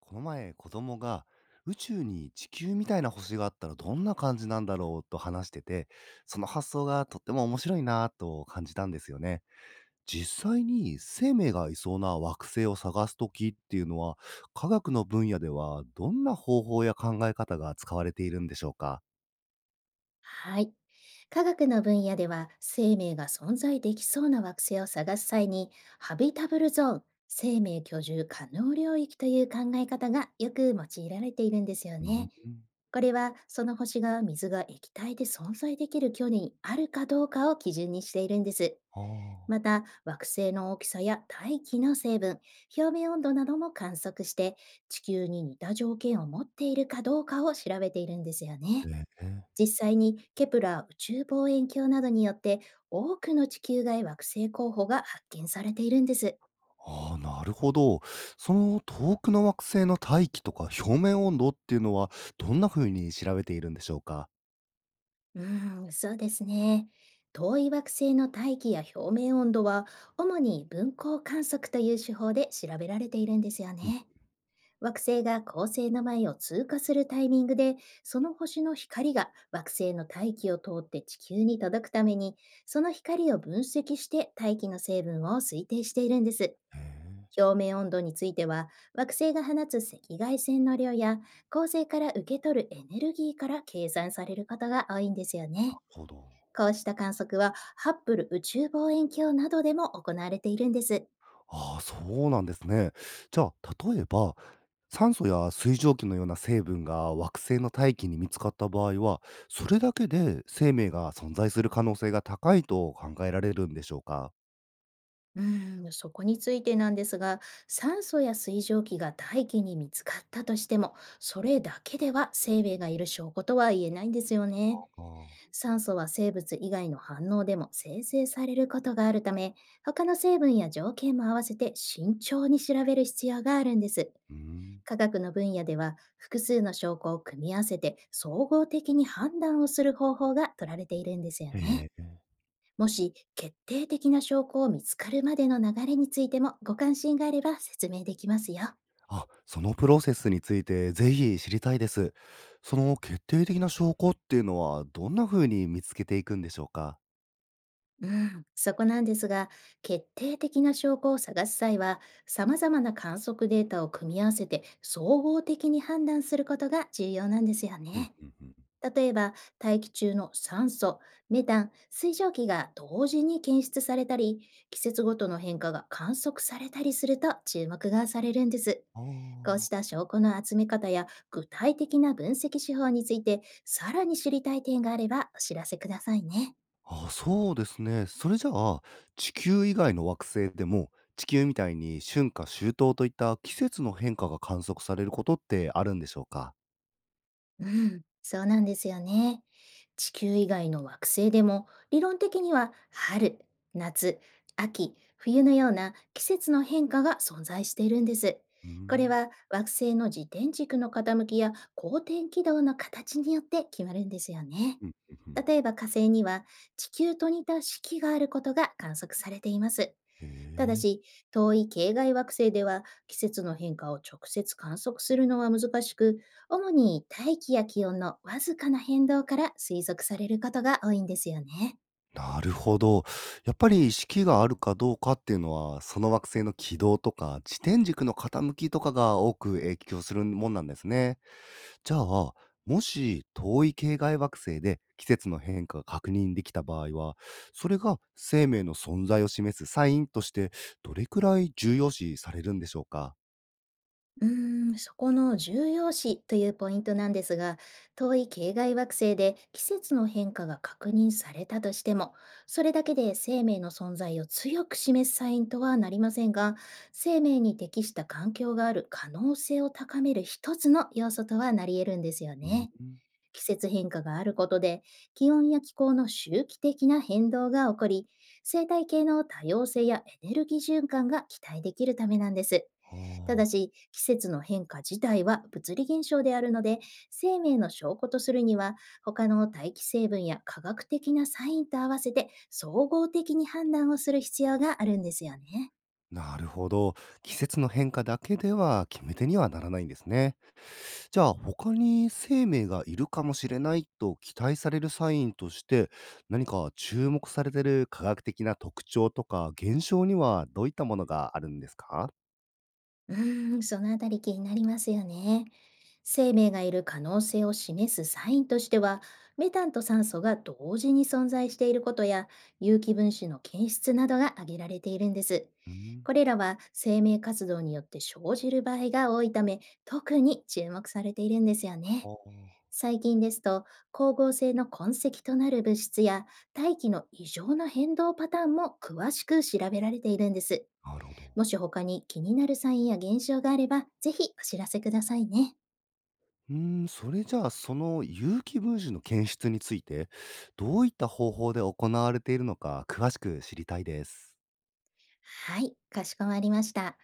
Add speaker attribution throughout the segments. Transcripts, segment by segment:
Speaker 1: この前、子供が宇宙に地球みたいな星があったらどんな感じなんだろうと話してて、その発想がとっても面白いなぁと感じたんですよね。実際に生命がいそうな惑星を探すときっていうのは、科学の分野ではどんな方法や考え方が使われているんでしょうか？
Speaker 2: はい。科学の分野では生命が存在できそうな惑星を探す際にハビタブルゾーン、生命居住可能領域という考え方がよく用いられているんですよ
Speaker 1: うん。
Speaker 2: ね。これはその星が水が液体で存在できる距離にあるかどうかを基準にしているんです。
Speaker 1: ああ。
Speaker 2: また惑星の大きさや大気の成分、表面温度なども観測して地球に似た条件を持っているかどうかを調べているんですよね。
Speaker 1: へえ。
Speaker 2: 実際にケプラー宇宙望遠鏡などによって多くの地球外惑星候補が発見されているんです。
Speaker 1: ああ、なるほど。その遠くの惑星の大気とか表面温度っていうのは、どんな風に調べているんでしょうか？
Speaker 2: そうですね。遠い惑星の大気や表面温度は主に分光観測という手法で調べられているんですよね。惑星が恒星の前を通過するタイミングで、その星の光が惑星の大気を通って地球に届くために、その光を分析して大気の成分を推定しているんです。
Speaker 1: へえ、
Speaker 2: 表面温度については、惑星が放つ赤外線の量や、恒星から受け取るエネルギーから計算されることが多いんですよ
Speaker 1: な
Speaker 2: ね。
Speaker 1: るほど。
Speaker 2: こうした観測は、ハッブル宇宙望遠鏡などでも行われているんです。
Speaker 1: ああ、そうなんですね。じゃあ、例えば、酸素や水蒸気のような成分が惑星の大気に見つかった場合は、それだけで生命が存在する可能性が高いと考えられるんでしょうか？
Speaker 2: そこについてなんですが、酸素や水蒸気が大気に見つかったとしても、それだけでは生命がいる証拠とは言えないんですよ
Speaker 1: あ
Speaker 2: ね。
Speaker 1: あ、
Speaker 2: 酸素は生物以外の反応でも生成されることがあるため、他の成分や条件も合わせて慎重に調べる必要があるんです。
Speaker 1: うん。
Speaker 2: 科学の分野では複数の証拠を組み合わせて総合的に判断をする方法が取られているんですよね。
Speaker 1: へえ。
Speaker 2: もし決定的な証拠を見つかるまでの流れについてもご関心があれば説明できますよ。
Speaker 1: あ、そのプロセスについてぜひ知りたいです。その決定的な証拠っていうのは、どんな風に見つけていくんでしょうか？
Speaker 2: うん、そこなんですが、決定的な証拠を探す際は、様々な観測データを組み合わせて総合的に判断することが重要なんですよ
Speaker 1: うん
Speaker 2: ね。
Speaker 1: うんうん。
Speaker 2: 例えば、大気中の酸素、メタン、水蒸気が同時に検出されたり、季節ごとの変化が観測されたりすると注目がされるんです。
Speaker 1: あ
Speaker 2: こう
Speaker 1: あ。
Speaker 2: した証拠の集め方や具体的な分析手法について、さらに知りたい点があればお知らせくださいね。
Speaker 1: あ、そうですね。それじゃあ、地球以外の惑星でも、地球みたいに春夏秋冬といった季節の変化が観測されることってあるんでしょうか？
Speaker 2: うん、そうなんですよね。地球以外の惑星でも理論的には春、夏、秋、冬のような季節の変化が存在しているんです。
Speaker 1: うー
Speaker 2: これ
Speaker 1: ん。
Speaker 2: は惑星の自転軸の傾きや公転軌道の形によって決まるんですよね。
Speaker 1: うんうんうん。
Speaker 2: 例えば火星には地球と似た四季があることが観測されています。
Speaker 1: へ
Speaker 2: ただ
Speaker 1: え。
Speaker 2: し、遠い系外惑星では季節の変化を直接観測するのは難しく、主に大気や気温のわずかな変動から推測されることが多いんですよね。
Speaker 1: なるほど。やっぱり式があるかどうかっていうのは、その惑星の軌道とか、自転軸の傾きとかが多く影響するもんなんですね。じゃあ、もし遠い系外惑星で季節の変化が確認できた場合は、それが生命の存在を示すサインとして、どれくらい重要視されるんでしょうか？
Speaker 2: そこの重要視というポイントなんですが、遠い系外惑星で季節の変化が確認されたとしても、それだけで生命の存在を強く示すサインとはなりませんが、生命に適した環境がある可能性を高める一つの要素とはなり得るんですよ
Speaker 1: うん、
Speaker 2: ね。季節変化があることで、気温や気候の周期的な変動が起こり、生態系の多様性やエネルギー循環が期待できるためなんです。
Speaker 1: あ
Speaker 2: ただ
Speaker 1: あ、
Speaker 2: し、季節の変化自体は物理現象であるので、生命の証拠とするには、他の大気成分や科学的なサインと合わせて、総合的に判断をする必要があるんですよね。
Speaker 1: なるほど。季節の変化だけでは決め手にはならないんですね。じゃあ、他に生命がいるかもしれないと期待されるサインとして、何か注目されてる科学的な特徴とか現象にはどういったものがあるんですか？
Speaker 2: そのあたり気になりますよね。生命がいる可能性を示すサインとしては、メタンと酸素が同時に存在していることや、有機分子の検出などが挙げられているんです。
Speaker 1: うん、
Speaker 2: これらは生命活動によって生じる場合が多いため、特に注目されているんですよ
Speaker 1: あ
Speaker 2: ね。
Speaker 1: あ。
Speaker 2: 最近ですと、光合成の痕跡となる物質や、大気の異常な変動パターンも詳しく調べられているんです。
Speaker 1: なるほど。
Speaker 2: もし他に気になるサインや現象があれば、ぜひお知らせくださいね。
Speaker 1: うーん、それじゃあ、その有機分子の検出について、どういった方法で行われているのか詳しく知りたいです。
Speaker 2: はい、かしこまりました。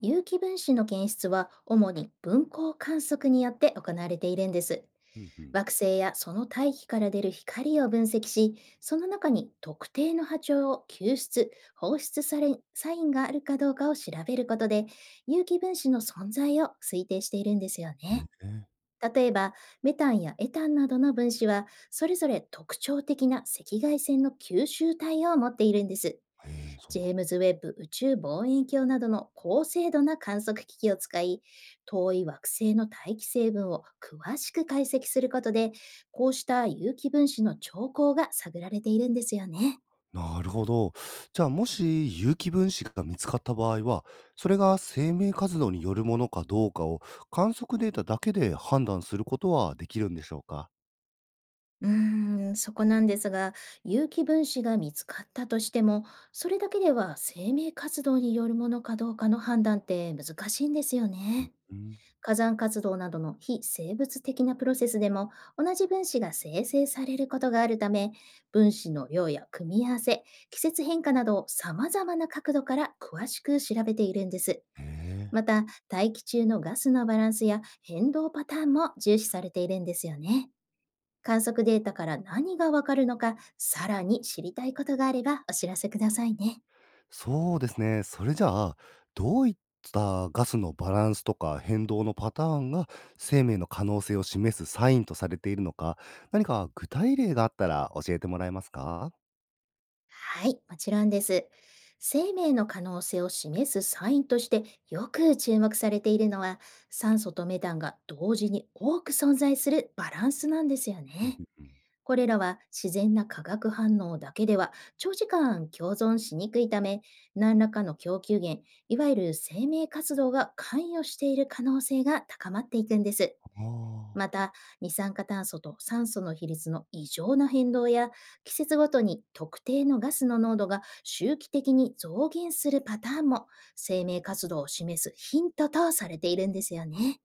Speaker 2: 有機分子の検出は主に分光観測によって行われているんです。
Speaker 1: うんうん。
Speaker 2: 惑星やその大気から出る光を分析し、その中に特定の波長を救出、放出され、サインがあるかどうかを調べることで、有機分子の存在を推定しているんですよ
Speaker 1: え
Speaker 2: ね。
Speaker 1: え、
Speaker 2: 例えば、メタンやエタンなどの分子は、それぞれ特徴的な赤外線の吸収体を持っているんです。
Speaker 1: ええ、そう
Speaker 2: ジ
Speaker 1: なん
Speaker 2: ェー
Speaker 1: だ。
Speaker 2: ムズ・ウェッブ宇宙望遠鏡などの高精度な観測機器を使い、遠い惑星の大気成分を詳しく解析することで、こうした有機分子の兆候が探られているんですよね。
Speaker 1: なるほど。じゃあ、もし有機分子が見つかった場合は、それが生命活動によるものかどうかを観測データだけで判断することはできるんでしょうか？
Speaker 2: そこなんですが、有機分子が見つかったとしても、それだけでは生命活動によるものかどうかの判断って難しいんですよ
Speaker 1: うん。
Speaker 2: ね。火山活動などの非生物的なプロセスでも同じ分子が生成されることがあるため、分子の量や組み合わせ、季節変化などを様々な角度から詳しく調べているんです。
Speaker 1: へえ。
Speaker 2: また、大気中のガスのバランスや変動パターンも重視されているんですよね。観測データから何がわかるのか、さらに知りたいことがあればお知らせくださいね。
Speaker 1: そうですね。それじゃあ、どういったガスのバランスとか変動のパターンが生命の可能性を示すサインとされているのか、何か具体例があったら教えてもらえますか？
Speaker 2: はい、もちろんです。生命の可能性を示すサインとしてよく注目されているのは、酸素とメタンが同時に多く存在するバランスなんですよ
Speaker 1: うん
Speaker 2: ね。
Speaker 1: うんうん。
Speaker 2: これらは自然な化学反応だけでは長時間共存しにくいため、何らかの供給源、いわゆる生命活動が関与している可能性が高まっていくんです。
Speaker 1: ああ
Speaker 2: ま
Speaker 1: ー。
Speaker 2: た、二酸化炭素と酸素の比率の異常な変動や、季節ごとに特定のガスの濃度が周期的に増減するパターンも、生命活動を示すヒントとされているんですよね。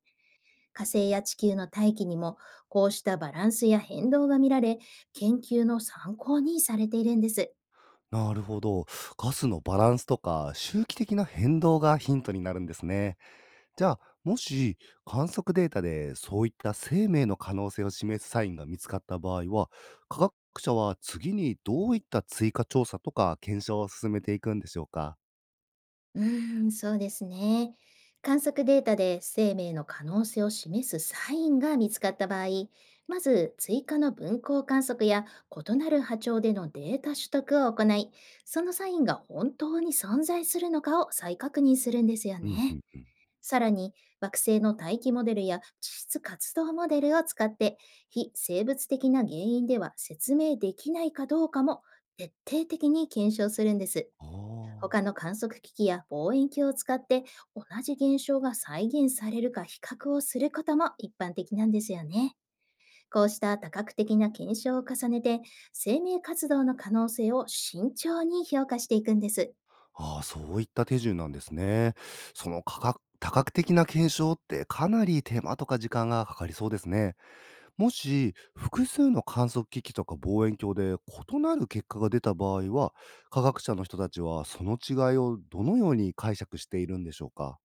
Speaker 2: 火星や地球の大気にも、こうしたバランスや変動が見られ、研究の参考にされているんです。
Speaker 1: なるほど。ガスのバランスとか周期的な変動がヒントになるんですね。じゃあ、もし観測データでそういった生命の可能性を示すサインが見つかった場合は、科学者は次にどういった追加調査とか検証を進めていくんでしょうか？
Speaker 2: そうですね。観測データで生命の可能性を示すサインが見つかった場合、まず追加の分光観測や異なる波長でのデータ取得を行い、そのサインが本当に存在するのかを再確認するんですよ
Speaker 1: うんう
Speaker 2: ね。
Speaker 1: ん、
Speaker 2: さらに、惑星の大気モデルや地質活動モデルを使って、非生物的な原因では説明できないかどうかも徹底的に検証するんです。
Speaker 1: あー。
Speaker 2: 他の観測機器や望遠鏡を使って同じ現象が再現されるか比較をすることも一般的なんですよね。こうした多角的な検証を重ねて生命活動の可能性を慎重に評価していくんです。
Speaker 1: あー、そういった手順なんですね。その科学、多角的な検証ってかなり手間とか時間がかかりそうですね。もし、複数の観測機器とか望遠鏡で異なる結果が出た場合は、科学者の人たちはその違いをどのように解釈しているんでしょうか？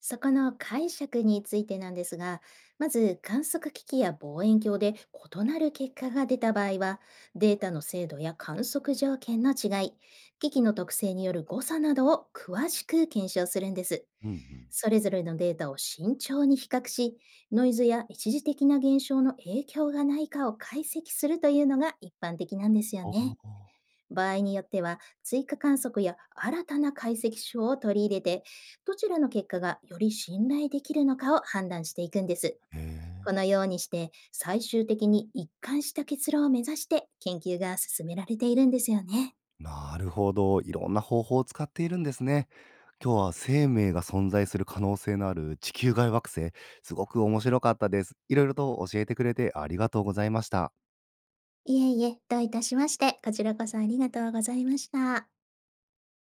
Speaker 2: そこの解釈についてなんですが、まず観測機器や望遠鏡で異なる結果が出た場合は、データの精度や観測条件の違い、機器の特性による誤差などを詳しく検証するんです。
Speaker 1: うんうん。
Speaker 2: それぞれのデータを慎重に比較し、ノイズや一時的な現象の影響がないかを解析するというのが一般的なんですよ
Speaker 1: あ
Speaker 2: ね。
Speaker 1: あ。
Speaker 2: 場合によっては追加観測や新たな解析書を取り入れて、どちらの結果がより信頼できるのかを判断していくんです。
Speaker 1: へ
Speaker 2: こ
Speaker 1: え。
Speaker 2: のようにして最終的に一貫した結論を目指して研究が進められているんですよね。
Speaker 1: なるほど。いろんな方法を使っているんですね。今日は生命が存在する可能性のある地球外惑星、すごく面白かったです。いろいろと教えてくれてありがとうございました。
Speaker 2: いえいえ、どういたしまして、こちらこそありがとうございました。